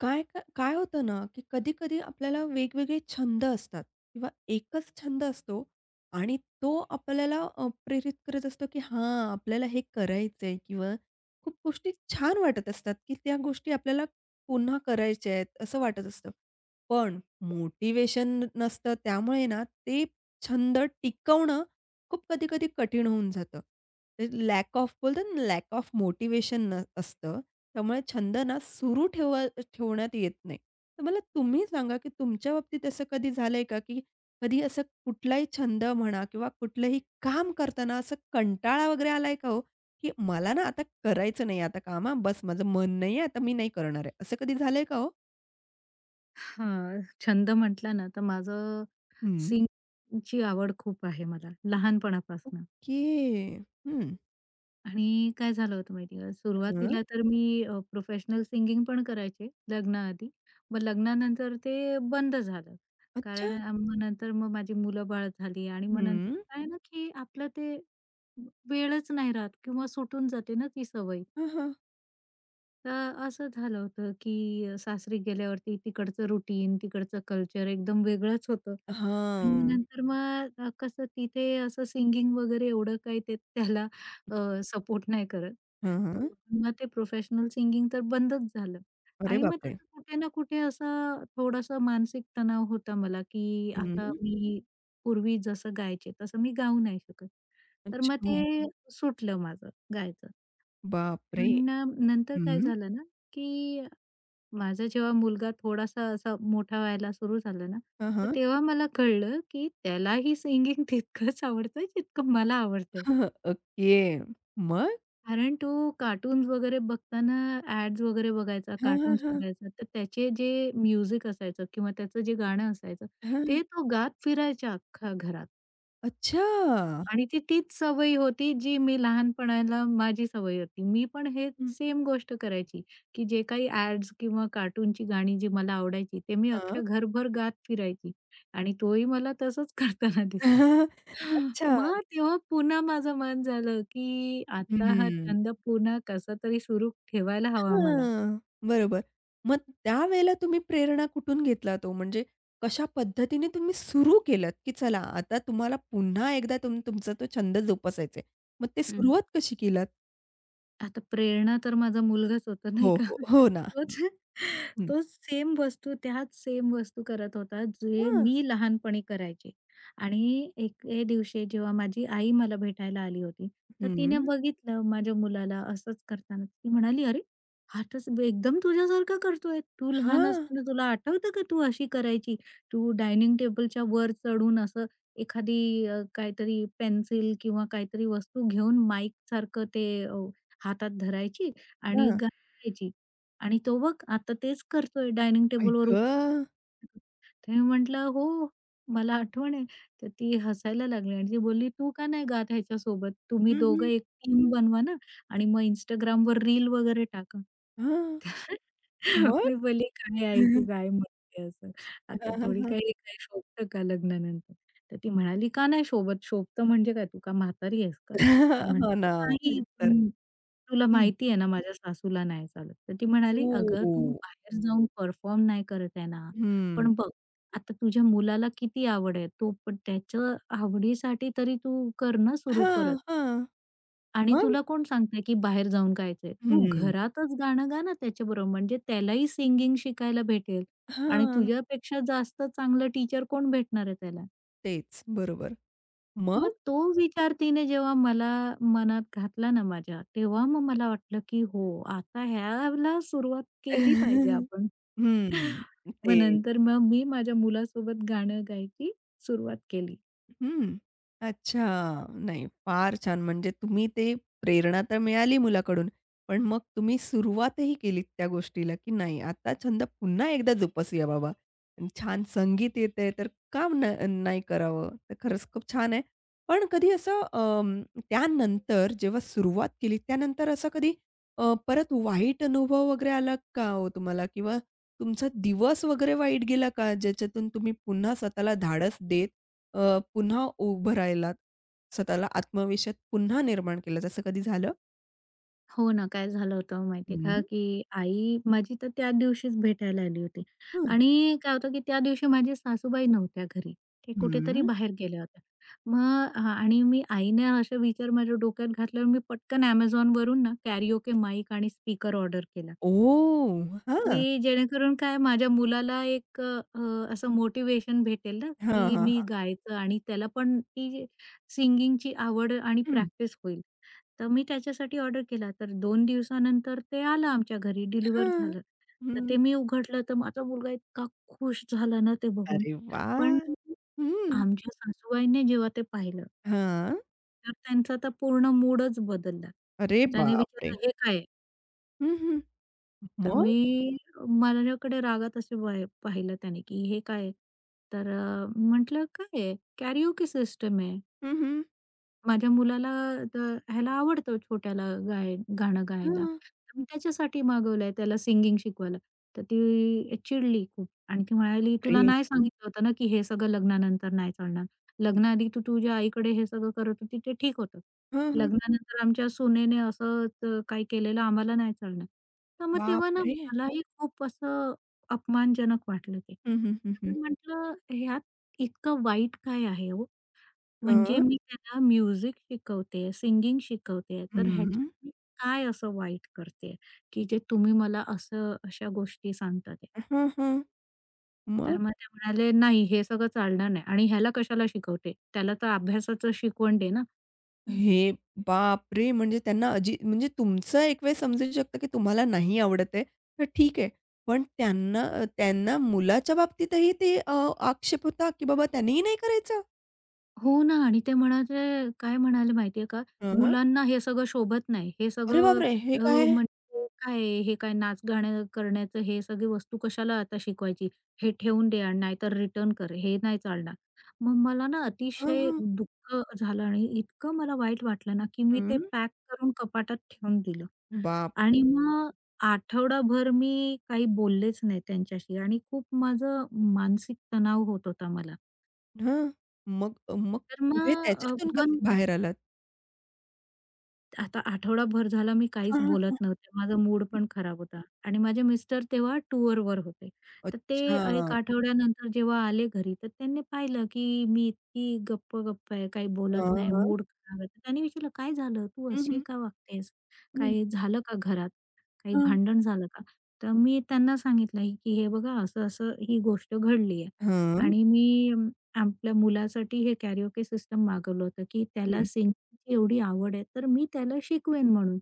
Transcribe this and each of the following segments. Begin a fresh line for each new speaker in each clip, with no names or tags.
काय का काय होतं ना, की कधी-कधी आपल्याला वेगवेगळे छंद असतात किंवा एकच छंद असतो आणि तो आपल्याला प्रेरित करत असतो, की हा आपल्याला हे करायचंय किंवा खूप गोष्टी छान वाटत असतात, की त्या गोष्टी आपल्याला पुन्हा करायच्या आहेत, असं वाटत असतं. पण मोटिव्हेशन नसतं त्यामुळे ना, ते छंद टिकवणं खूप कधी-कधी कठीण होऊन जातं. लॅक ऑफ बोलतात लॅक ऑफ मोटिव्हेशन असतं. त्यामुळे छंद ना सुरू ठेव ठेवण्यात येत नाही. तर मला तुम्ही सांगा, की तुमच्या बाबतीत असं कधी झालंय का, की कधी असं कुठलाही छंद म्हणा किंवा कुठलंही काम करताना असं कंटाळा वगैरे आलाय का हो? की मला ना आता करायचं नाही आता काम हां, बस माझं मन नाहीये, आता मी नाही करणार आहे. असं कधी झालंय का हो?
हां, छंद म्हटला ना, तर माझं
हं.
सिंगिंगची आवड खूप आहे मला लहानपणापासून.
ओके. हम्म.
आणि काय झालं होतं माहिती आहे का,
हं.
सुरुवातीला तर मी प्रोफेशनल सिंगिंग पण करायचे लग्नाआधी. मग लग्नानंतर ते बंद झालं.
अच्छा.
कारण मग नंतर मग माझी मुलं-बाळ झाली आणि मग
हं.
नंतर काय ना, की आपलं ते वेळच नाही राहत किंवा सुटून जाते ना ती सवय.
हां, हां.
तर असं झालं होतं, की सासरी गेल्यावरती तिकडचं रुटीन, तिकडचं कल्चर एकदम वेगळंच होतं. आणि मग
हां.
नंतर मग कसं तिथे असं सिंगिंग वगैरे एवढं काही ते त्याला अ, सपोर्ट नाही करत.
हां,
तर
हां.
म्हणून मग ते प्रोफेशनल सिंगिंग तर बंदच झालं.
अरे
आणि मग
बापरे!
त्याचा कुठे ना कुठे असा थोडासा मानसिक तणाव होता मला, की आता
हं.
मी पूर्वी जसं गायचे तसं मी गाऊ नाही शकत. तर मग
अच्छा.
ते सुटलं माझं गायचं.
बापरे!
पण नंतर काय
हं.
झालं ना, की माझा जेव्हा मुलगा थोडासा असा मोठा व्हायला सुरू झाला ना,
हां,
तर
हां.
तेव्हा मला कळलं, की त्यालाही सिंगिंग तितकंच आवडतं जितकं मला आवडतं.
हं, ओके. मग?
कारण तो कार्टून्स वगैरे बघताना ॲड्स वगैरे बघायचा,
हां, हां,
कार्टून्स
हां.
बघायचा. तर त्याचे जे म्युझिक असायचं किंवा त्याचं जे गाणं असायचं,
हां.
ते तो गात फिरायचा अख्ख्या घरात.
अच्छा.
आणि ती तीच सवय होती जी मी लहानपणाला माझी सवय होती. मी पण हे
हं.
सेम गोष्ट करायची, की जे काही ॲड्स किंवा कार्टूनची गाणी जी मला आवडायची, ते मी अख्ख्या
हां.
घरभर गात फिरायची आणि तोही मला तसंच करताना दिसला.
अच्छा.
मग तेव्हा पुन्हा माझं मन झालं, की आता हा
हं.
छंद पुन्हा कसा तरी सुरू ठेवायला हवा मला.
हां. बरोबर. मग त्यावेळेला तुम्ही प्रेरणा कुठून घेतलात ओ? म्हणजे कशा पद्धतीने तुम्ही सुरू केलत, की चला आता तुम्हाला पुन्हा एकदा तुमचा तो छंद जोपासायचा आहे. मग ते सुरुवात कशी केलात?
आता प्रेरणा तर माझा मुलगाच होता नाही
हो,
का?
हो.
हं.
हो ना.
तोच
हं.
तोच सेम वस्तू, त्याच सेम वस्तू करत होता, जे
हां.
मी लहानपणी करायचे. आणि एके दिवशी जेव्हा माझी आई मला भेटायला आली होती, तर तिने
हं.
बघितलं माझ्या मुलाला असंच करताना. ती म्हणाली, "अरे, हा तर एकदम तुझ्यासारखा करतोय. तू लहान
हां.
असताना तुला आठवतं का तू अशी करायची? तू डायनिंग टेबलच्या वर चढून असं एखादी काहीतरी पेन्सिल किंवा काहीतरी वस्तू घेऊन माईकसारखं ते हातात धरायची आणि
हां.
गाणी गायची आणि तो बघ आता तेच करतोय डायनिंग
आई
टेबलवर उभा.
गं!
तर मी म्हटलं, "हो, मला आठवण आहे." तर ती हसायला लागली आणि ती बोलली, "तू का नाही गात ह्याच्या सोबत तुम्ही
हं,
दोघं
हं.
एक टीम बनवा ना आणि मग Instagram वर रील वगैरे टाका."
हां. मग?
मी बोलली, "काय आई तू काय म्हणते असं?
हां,
आता
हां,
थोडी
हां.
काही हे शोभतं का लग्नानंतर?" तर ती म्हणाली, "का नाही शोभत? शोभतं म्हणजे काय? तू का म्हातारी आहेस का?" म्हटलं,
हो ना,
"नाही,
तेच तर.
पण" तुला
हं.
माहिती आहे ना, माझ्या सासूला नाही चालत. तर ती म्हणाली, "अगं,
ओ!
तू बाहेर जाऊन परफॉर्म नाही करत आहे ना,
हं.
पण बघ आता तुझ्या मुलाला किती आवड आहे, तो पण त्याच्या आवडीसाठी तरी तू कर ना सुरू
हां,
परत.
हां.
आणि
मग?
तुला कोण सांगतंय की बाहेर जाऊन गायचंय? तू
हं.
घरातच गाणं गा ना त्याच्याबरोबर, म्हणजे त्यालाही सिंगिंग शिकायला भेटेल आणि
हां,
तुझ्यापेक्षा जास्त चांगलं टीचर कोण भेटणार आहे त्याला?"
तेच. बरोबर.
मग
मग?
तो विचार तिने जेव्हा मला मनात घातला ना माझ्या, तेव्हा मग मला वाटलं, की हो, आता ह्याला सुरुवात केली पाहिजे आपण.
हं.
मग
ते
नंतर मग मी माझ्या मुलासोबत गाणं गायची सुरुवात केली.
हं. अच्छा. नाही, फार छान. म्हणजे तुम्ही ते प्रेरणा तर मिळाली मुलाकडून, पण मग तुम्ही सुरुवातही केलीत त्या गोष्टीला, की नाही आता छंद पुन्हा एकदा जोपासूया बाबा. छान संगीत येतंय तर का न नाही करावं? तर खरंच खूप छान आहे. पण कधी असं त्यानंतर जेव्हा सुरुवात केली त्यानंतर असं कधी परत वाईट अनुभव वगैरे आला का हो तुम्हाला? किंवा तुमचा दिवस वगैरे वाईट गेला का? ज्याच्यातून तुम्ही पुन्हा स्वतःला धाडस देत पुन्हा उभं राहिलात. स्वतःला आत्मविश्वास पुन्हा निर्माण केला. जसं कधी झालं?
हो ना, काय झालं होतं माहिती आहे का,
हं.
की आई माझी तर त्या दिवशीच भेटायला आली होती
हं.
आणि काय होतं, की त्या दिवशी माझी सासूबाई नव्हत्या घरी. ते कुठेतरी
हं.
बाहेर गेल्या होत्या. मग हां आणि मी आईने असे विचार माझ्या डोक्यात घातल्यावर मी पटकन Amazonवरून ना, कॅरिओके माईक आणि स्पीकर ऑर्डर केला.
ओह! हां.
की जेणेकरून काय माझ्या मुलाला एक असं मोटिव्हेशन भेटेल ना,
हां,
की
हां,
मी
हां.
गायचं आणि त्याला पण ती सिंगिंगची आवड आणि
हं.
प्रॅक्टिस होईल. तर मी त्याच्यासाठी ऑर्डर केला. तर 2 दिवसानंतर ते आलं आमच्या घरी, डिलिव्हर
हां.
झालं. तर
हं.
ते मी उघडलं, तर माझा मुलगा इतका खुश झाला ना ते बघून.
अरे वाह!
पण
हं.
आमच्या सासूबाईंनी जेव्हा ते पाहिलं,
हां.
तर त्यांचा तर पूर्ण मूडच बदलला.
अरे
त्याने
बापरे!
विचारलं, "हे काय आहे?"
हं, हं.
तर
मग?
मी माझ्याकडे रागात असे पाहिलं त्याने की हे काय आहे? तर म्हटलं काय आहे? कॅरिओके सिस्टम आहे.
हं, हं.
माझ्या मुलाला तर ह्याला आवडतं छोट्याला गाय गाणं गायला.
हां.
तर मी त्याच्यासाठी मागवलंय त्याला सिंगिंग शिकवायला. तर ती चिडली खूप आणि ती म्हणाली, "तुला
बापरे!
नाही सांगितलं होतं ना, की हे सगळं लग्नानंतर नाही चालणार. लग्नाआधी तू तुझ्या आईकडे हे सगळं करत होती ते ठीक होतं.
हां, हां.
लग्नानंतर आमच्या सुनेने असं काही केलेलं आम्हाला नाही चालणार." तर मग तेव्हा ना
बापरे!
मलाही खूप असं अपमानजनक वाटलं ते.
हं, हं, हं, हं.
मी म्हटलं, "ह्यात इतकं वाईट काय आहे हो?" म्हणजे
हां.
मी त्याला म्युझिक शिकवतेय, सिंगिंग शिकवतेय, तर
हं.
ह्याच्यात मी काय असं वाईट करतेय, की जे तुम्ही मला असं अशा गोष्टी सांगतात आहे?
हां, हां.
तर
मग?
मग ते म्हणाले, "नाही, हे सगळं चालणार नाही आणि ह्याला कशाला शिकवते? त्याला तर अभ्यासाचं शिकवण दे ना."
हे बापरे! म्हणजे त्यांना अजी म्हणजे तुमचं एक वेळ समजू शकतं, की तुम्हाला नाही आवडत आहे, तर ठीक आहे. पण त्यांना त्यांना मुलाच्या बाबतीतही ते आक्षेप होता, की बाबा त्यांनीही नाही करायचं?
हो ना आणि ते म्हणाले काय म्हणाले माहितीये का,
हं, हं.
"मुलांना हे सगळं शोभत नाही. हे
अरे
सगळं
बापरे! हे
अ,
काय?
म्हणजे काय आहे, हे काय नाच-गाणं करण्याचं हे सगळी वस्तू कशाला आता शिकवायची? हे ठेवून दे आणि नाहीतर रिटर्न कर. हे नाही चालणार." मग मला ना
हां,
अतिशय
हां.
दुःख झालं आणि इतकं मला वाईट वाटलं ना, की मी ते
हं.
पॅक करून कपाटात ठेवून दिलं आणि
बापरे!
मग आठवडाभर मी काही बोललेच नाही त्यांच्याशी आणि खूप माझं मानसिक तणाव होत होता मला.
हां. मग मग
तर मग
पुढे
अ,
त्याच्यातून कसे
बंद
बाहेर आलात?
आता आठवडाभर झाला मी काहीच
हां, हां,
बोलत
हां.
नव्हते. माझा मूड
हं.
पण खराब होता आणि माझे मिस्टर तेव्हा टूरवर होते. तर ते
अच्छा.
एक आठवड्यानंतर जेव्हा आले घरी, तर त्यांनी पाहिलं की मी इतकी गप्प-गप्प आहे, काही बोलत
हां,
नाही,
हां.
मूड खराब आहे. तर त्यांनी विचारलं, "काय झालं? तू
हं,
अशी
हं.
का वागतेस?
हं.
काही झालं का घरात? काही
हां.
भांडण झालं का?" तर मी त्यांना सांगितलं की "हे बघा, असं-असं ही गोष्ट घडली आहे
हां.
आणि मी आपल्या मुलासाठी हे कॅरिओके सिस्टम मागवलं होतं की त्याला
हं.
सिंग" तिची एवढी आवड आहे, तर मी त्याला शिकवेन म्हणून.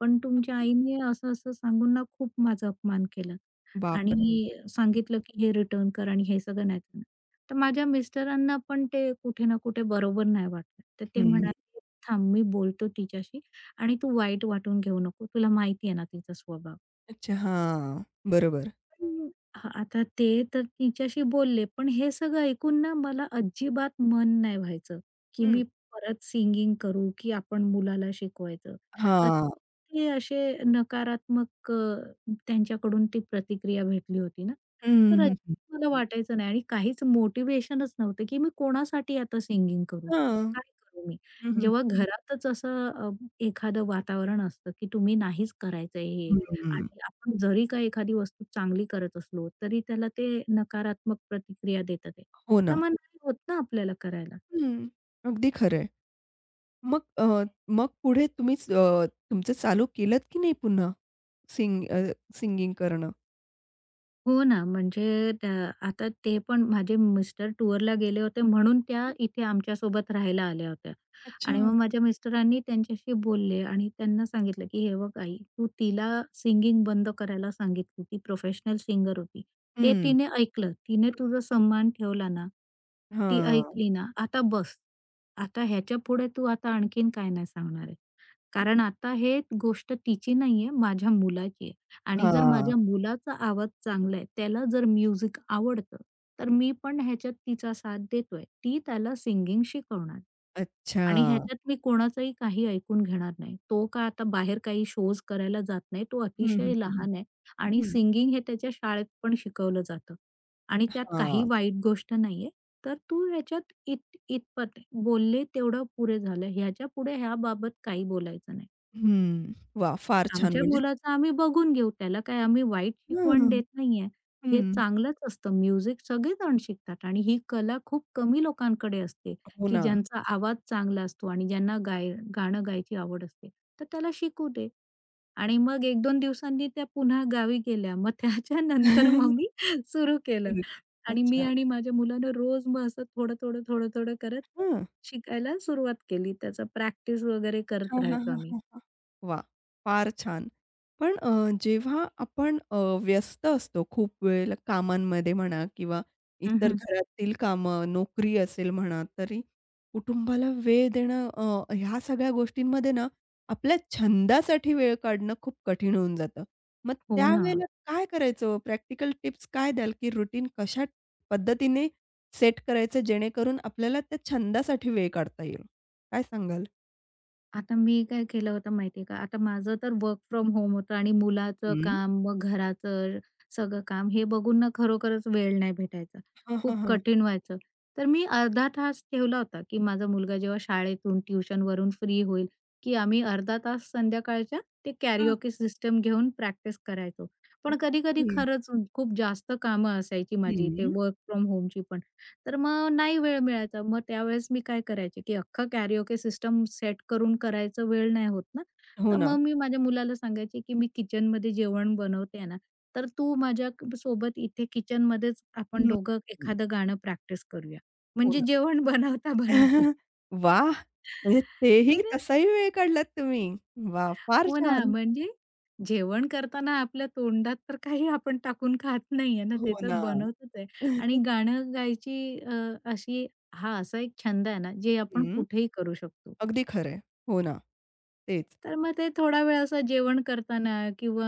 पण तुमच्या आईने असं-असं सांगून ना खूप माझा अपमान केला
बापरे!
आणि सांगितलं की हे रिटर्न कर आणि हे सगळं नाही करणार. तर माझ्या मिस्टरांना पण ते कुठे ना कुठे बरोबर नाही वाटलं. तर ते
हं.
म्हणाले, "थांब मी बोलतो तिच्याशी आणि तू वाईट वाटून घेऊ नको. तुला माहिती आहे ना तिचा स्वभाव."
अच्छा. हां. बरोबर.
पण हां, आता ते तर तिच्याशी बोलले, पण हे सगळं ऐकून ना मला अजिबात मन नाही व्हायचं, की
हं.
मी परत सिंगिंग करू, की आपण मुलाला शिकवायचं.
हां.
अतिशय असे नकारात्मक त्यांच्याकडून ती प्रतिक्रिया भेटली होती ना,
हं,
तर हो. अजिबात
हं, हं.
मला वाटायचं नाही आणि काहीच मोटिव्हेशनच नव्हतं, की मी कोणासाठी आता सिंगिंग करू?
हां.
काय करू मी?
हं, हं.
जेव्हा घरातच असं एखादं वातावरण असतं, की तुम्ही नाहीच करायचं हे.
हं.
आणि आपण जरी का एखादी वस्तू चांगली करत असलो, तरी त्याला ते नकारात्मक प्रतिक्रिया देतात आहे.
हो
तर
ना.
मग नाही होत ना आपल्याला करायला.
हं. अगदी खरं आहे. मग मग पुढे तुम्हीच तुमचं चालू केलत की नाही पुन्हा? सिंग अ, सिंगिंग करणं?
हो ना, म्हणजे त्या आता ते पण माझे मिस्टर टूरला गेले होते म्हणून त्या इथे आमच्यासोबत राहायला आल्या होत्या.
अच्छा.
आणि मग माझ्या मिस्टरांनी त्यांच्याशी बोलले आणि त्यांना सांगितलं, की "हे बघ आई, तू तिला सिंगिंग बंद करायला सांगितली. ती प्रोफेशनल सिंगर होती. ते
हं.
तिने ऐकलं. तिने तुझा सन्मान ठेवला ना, ती
हां.
ऐकली ना, आता बस. आता ह्याच्यापुढे तू आता आणखीन काय नाही सांगणार आहे. कारण आता हे गोष्ट तिची नाहीये, माझ्या मुलाची आहे." आणि जर
हां.
माझ्या मुलाचा आवाज चांगला आहे, त्याला जर म्युझिक आवडतं, तर मी पण ह्याच्यात तिचा साथ देतोय. ती त्याला सिंगिंग शिकवणार.
अच्छा.
आणि ह्याच्यात मी कोणाचंही काही ऐकून घेणार नाही. तो का आता बाहेर काही शोज करायला जात नाही. तो
हं, हं,
अतिशय
हं, हं.
लहान आहे आणि सिंगिंग हे त्याच्या शाळेत पण शिकवलं जातं आणि त्यात काही
हां.
वाईट गोष्ट नाहीये. तर तू ह्याच्यात इतपत बोलले तेवढं पुरे झालं. ह्याच्यापुढे ह्याबाबत काही बोलायचं नाही.
हं. वाह! फार छान
आमच्या
म्हणजे
मुलाचं आम्ही बघून घेऊ. त्याला काय आम्ही वाईट शिकवण
हां.
देत नाहीये. हे
हं.
चांगलंच असतं. म्युझिक सगळेजण शिकतात आणि ही कला खूप कमी लोकांकडे असते,
हो
की
ना.
ज्यांचा आवाज चांगला असतो आणि ज्यांना गाय गाणं गायची आवड असते. तर त्याला शिकू दे आणि मग 1-2 दिवसांनी त्या पुन्हा गावी गेल्या. मग त्याच्यानंतर मग मी सुरू केलं
हं.
आणि मी
अच्छा.
आणि माझ्या मुलानं रोज मग असं थोडं-थोडं, थोडं-थोडं करत
हां.
शिकायला सुरुवात केली. त्याचा प्रॅक्टिस वगैरे करत
हां, हां,
राहायचो
हां,
आम्ही.
हां, हां. वाह! फार छान. पण जेव्हा आपण व्यस्त असतो खूप वेळ कामांमध्ये म्हणा किंवा इतर
हं,
घरातील कामं, नोकरी असेल म्हणा, तरी कुटुंबाला वेळ देणं ह्या सगळ्या गोष्टींमध्ये ना, आपल्या छंदासाठी वेळ काढणं खूप कठीण होऊन जातं. मग
हो ना.
त्यावेळेला काय करायचं? प्रॅक्टिकल टिप्स काय द्याल, की रुटीन कशा पद्धतीने सेट करायचं जेणेकरून आपल्याला त्या छंदासाठी वेळ काढता येईल? काय सांगाल?
आता मी काय केलं होतं माहितीये का, आता माझं तर वर्क फ्रॉम होम होतं आणि मुलाचं
हं.
काम, मग घराचं सगळं काम हे बघून ना खरोखरच वेळ नाही भेटायचा.
हां, हां,
खूप
हां.
कठीण व्हायचं. तर मी अर्धा तास ठेवला होता, की माझा मुलगा जेव्हा शाळेतून, ट्युशनवरून फ्री होईल, की आम्ही अर्धा तास संध्याकाळच्या ते
हां.
कॅरिओके सिस्टम घेऊन प्रॅक्टिस करायचो. पण कधी-कधी
ओके.
खरंच खूप जास्त कामं असायची माझी, ते
हं.
वर्क फ्रॉम होमची पण. तर मग नाही वेळ मिळायचा. मग त्यावेळेस मी काय करायचे, की अख्खं कॅरिओके सिस्टम सेट करून करायचा वेळ नाही होत ना,
हो
तर
ना.
मग मी माझ्या मुलाला सांगायचे, की "मी किचनमध्ये जेवण बनवते ना, तर तू माझ्या सोबत इथे किचनमध्येच आपण
हं,
दोघं
हं.
एखादं गाणं प्रॅक्टिस करूया."
हो
म्हणजे
ना.
जेवण बनवता-बनवता.
वाह! म्हणजे
तर
तेही तसाही वेळ काढलात तुम्ही. वाह! फार
हो ना,
छान.
म्हणजे जेवण करताना आपल्या तोंडात तर काही आपण टाकून खात नाहीये ना,
हो
ते तर
ना.
बनवतच आहे. आणि गाणं गायची अशी हा असा एक छंद आहे ना, जे आपण
हं,
कुठेही करू शकतो.
अगदी खरं आहे. हो ना. तेच.
तर मग ते थोडा वेळ असं जेवण करताना किंवा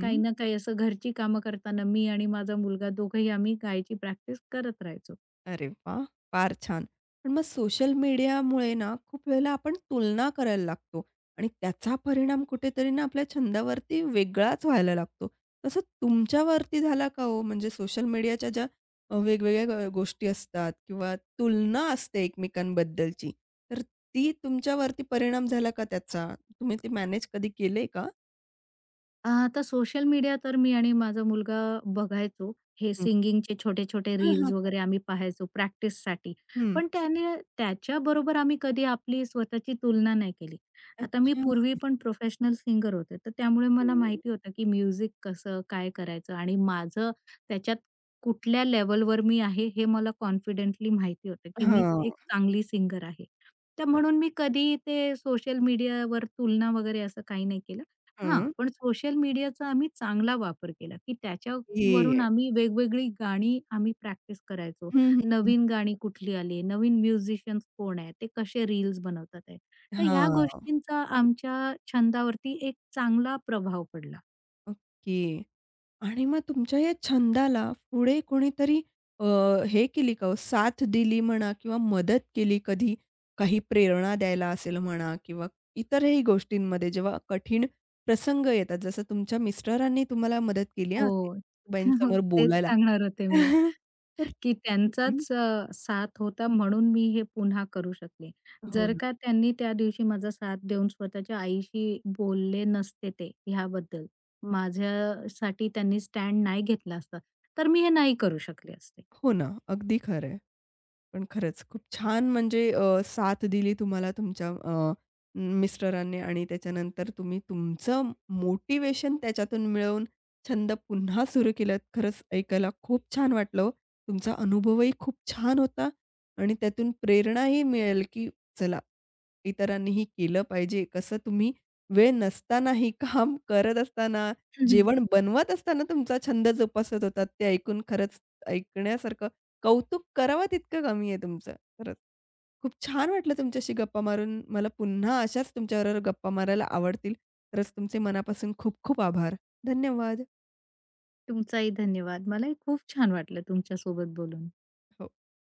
काही ना काही असं घरची कामं करताना मी आणि माझा मुलगा दोघंही आम्ही गायची प्रॅक्टिस करत राहायचो.
अरे वा, फार छान. पण मग सोशल मीडियामुळे ना, खूप वेळेला आपण तुलना करायला लागतो आणि त्याचा परिणाम कुठेतरी ना, आपल्या छंदावरती वेगळाच व्हायला लागतो. तसं तुमच्यावरती झाला का हो? म्हणजे सोशल मीडियाच्या ज्या वेगवेगळ्या गोष्टी असतात किंवा तुलना असते एकमेकांबद्दलची, तर ती तुमच्यावरती परिणाम झाला का त्याचा? तुम्ही ते मॅनेज कधी केलंय का?
आता सोशल मीडिया तर मी आणि माझा मुलगा बघायचो. हे
हं.
सिंगिंगचे छोटे-छोटे
हां,
रील्स
हां, हां.
वगैरे आम्ही पाहायचो प्रॅक्टिससाठी.
हं.
पण त्याने त्याच्याबरोबर आम्ही कधी आपली स्वतःची तुलना नाही केली. आता मी
अच्छा.
पूर्वी पण प्रोफेशनल सिंगर होते, तर त्यामुळे मला
हं.
माहिती होतं की म्युझिक कसं, काय करायचं आणि माझं त्याच्यात कुठल्या लेव्हलवर मी आहे हे मला कॉन्फिडेंटली माहिती होतं की मी
हां.
एक चांगली सिंगर आहे. तर म्हणून मी कधी ते सोशल मीडियावर तुलना वगैरे असं काही नाही केलं. हां,
हं.
पण सोशल मीडियाचा आम्ही चांगला वापर केला, की त्याच्यावरून
हे
आम्ही वेगवेगळी गाणी आम्ही प्रॅक्टिस करायचो.
हं, हं, हं.
नवीन गाणी कुठली आली, नवीन म्युझिशियन्स कोण आहे, ते कसे रील्स बनवतात आहे. तर ह्या
हां,
गोष्टींचा आमच्या छंदावरती एक चांगला प्रभाव पडला.
ओके. आणि मग तुमच्या या छंदाला पुढे कोणीतरी अ, हे केली का हो, साथ दिली म्हणा किंवा मदत केली कधी? काही प्रेरणा द्यायला असेल म्हणा किंवा इतरही गोष्टींमध्ये जेव्हा कठीण प्रसंग येतात, जसं तुमच्या मिस्टरांनी तुम्हाला मदत केली हां,
हो,
सासूबाईंसमोर
तेच
बोलायला.
सांगणार होते मी.
तर
की
हं,
त्यांचाच साथ होता म्हणून मी हे पुन्हा करू शकले.
हो
जर
ना.
का त्यांनी त्या दिवशी माझा साथ देऊन स्वतःच्या आईशी बोलले नसते ते ह्याबद्दल, माझ्यासाठी त्यांनी स्टँड नाही घेतला असता, तर मी हे नाही करू शकले असते.
हो ना, अगदी खरं पण खरंच खूप छान म्हणजे साथ दिली तुम्हाला तुमच्या मिस्टरांनी आणि त्याच्यानंतर तुम्ही तुमचं मोटिवेशन त्याच्यातून मिळवून छंद पुन्हा सुरू केलात. खरंच ऐकायला खूप छान वाटलं हो. तुमचा अनुभवही खूप छान होता आणि त्यातून प्रेरणाही मिळेल, की चला इतरांनीही केलं पाहिजे. कसं तुम्ही वेळ नसतानाही, काम करत असताना, जेवण बनवत असताना तुमचा छंद जोपासत होतात. ते ऐकून खरंच ऐकण्यासारखं कौतुक करावं तितकं कमी आहे तुमचं, खरंच. खूप छान वाटलं तुमच्याशी गप्पा मारून. मला पुन्हा अशाच तुमच्याबरोबर गप्पा मारायला आवडतील. खरंच तुमचे मनापासून खूप खूप आभार. धन्यवाद.
तुमचाही धन्यवाद. मलाही खूप छान वाटलं तुमच्यासोबत बोलून.
हो.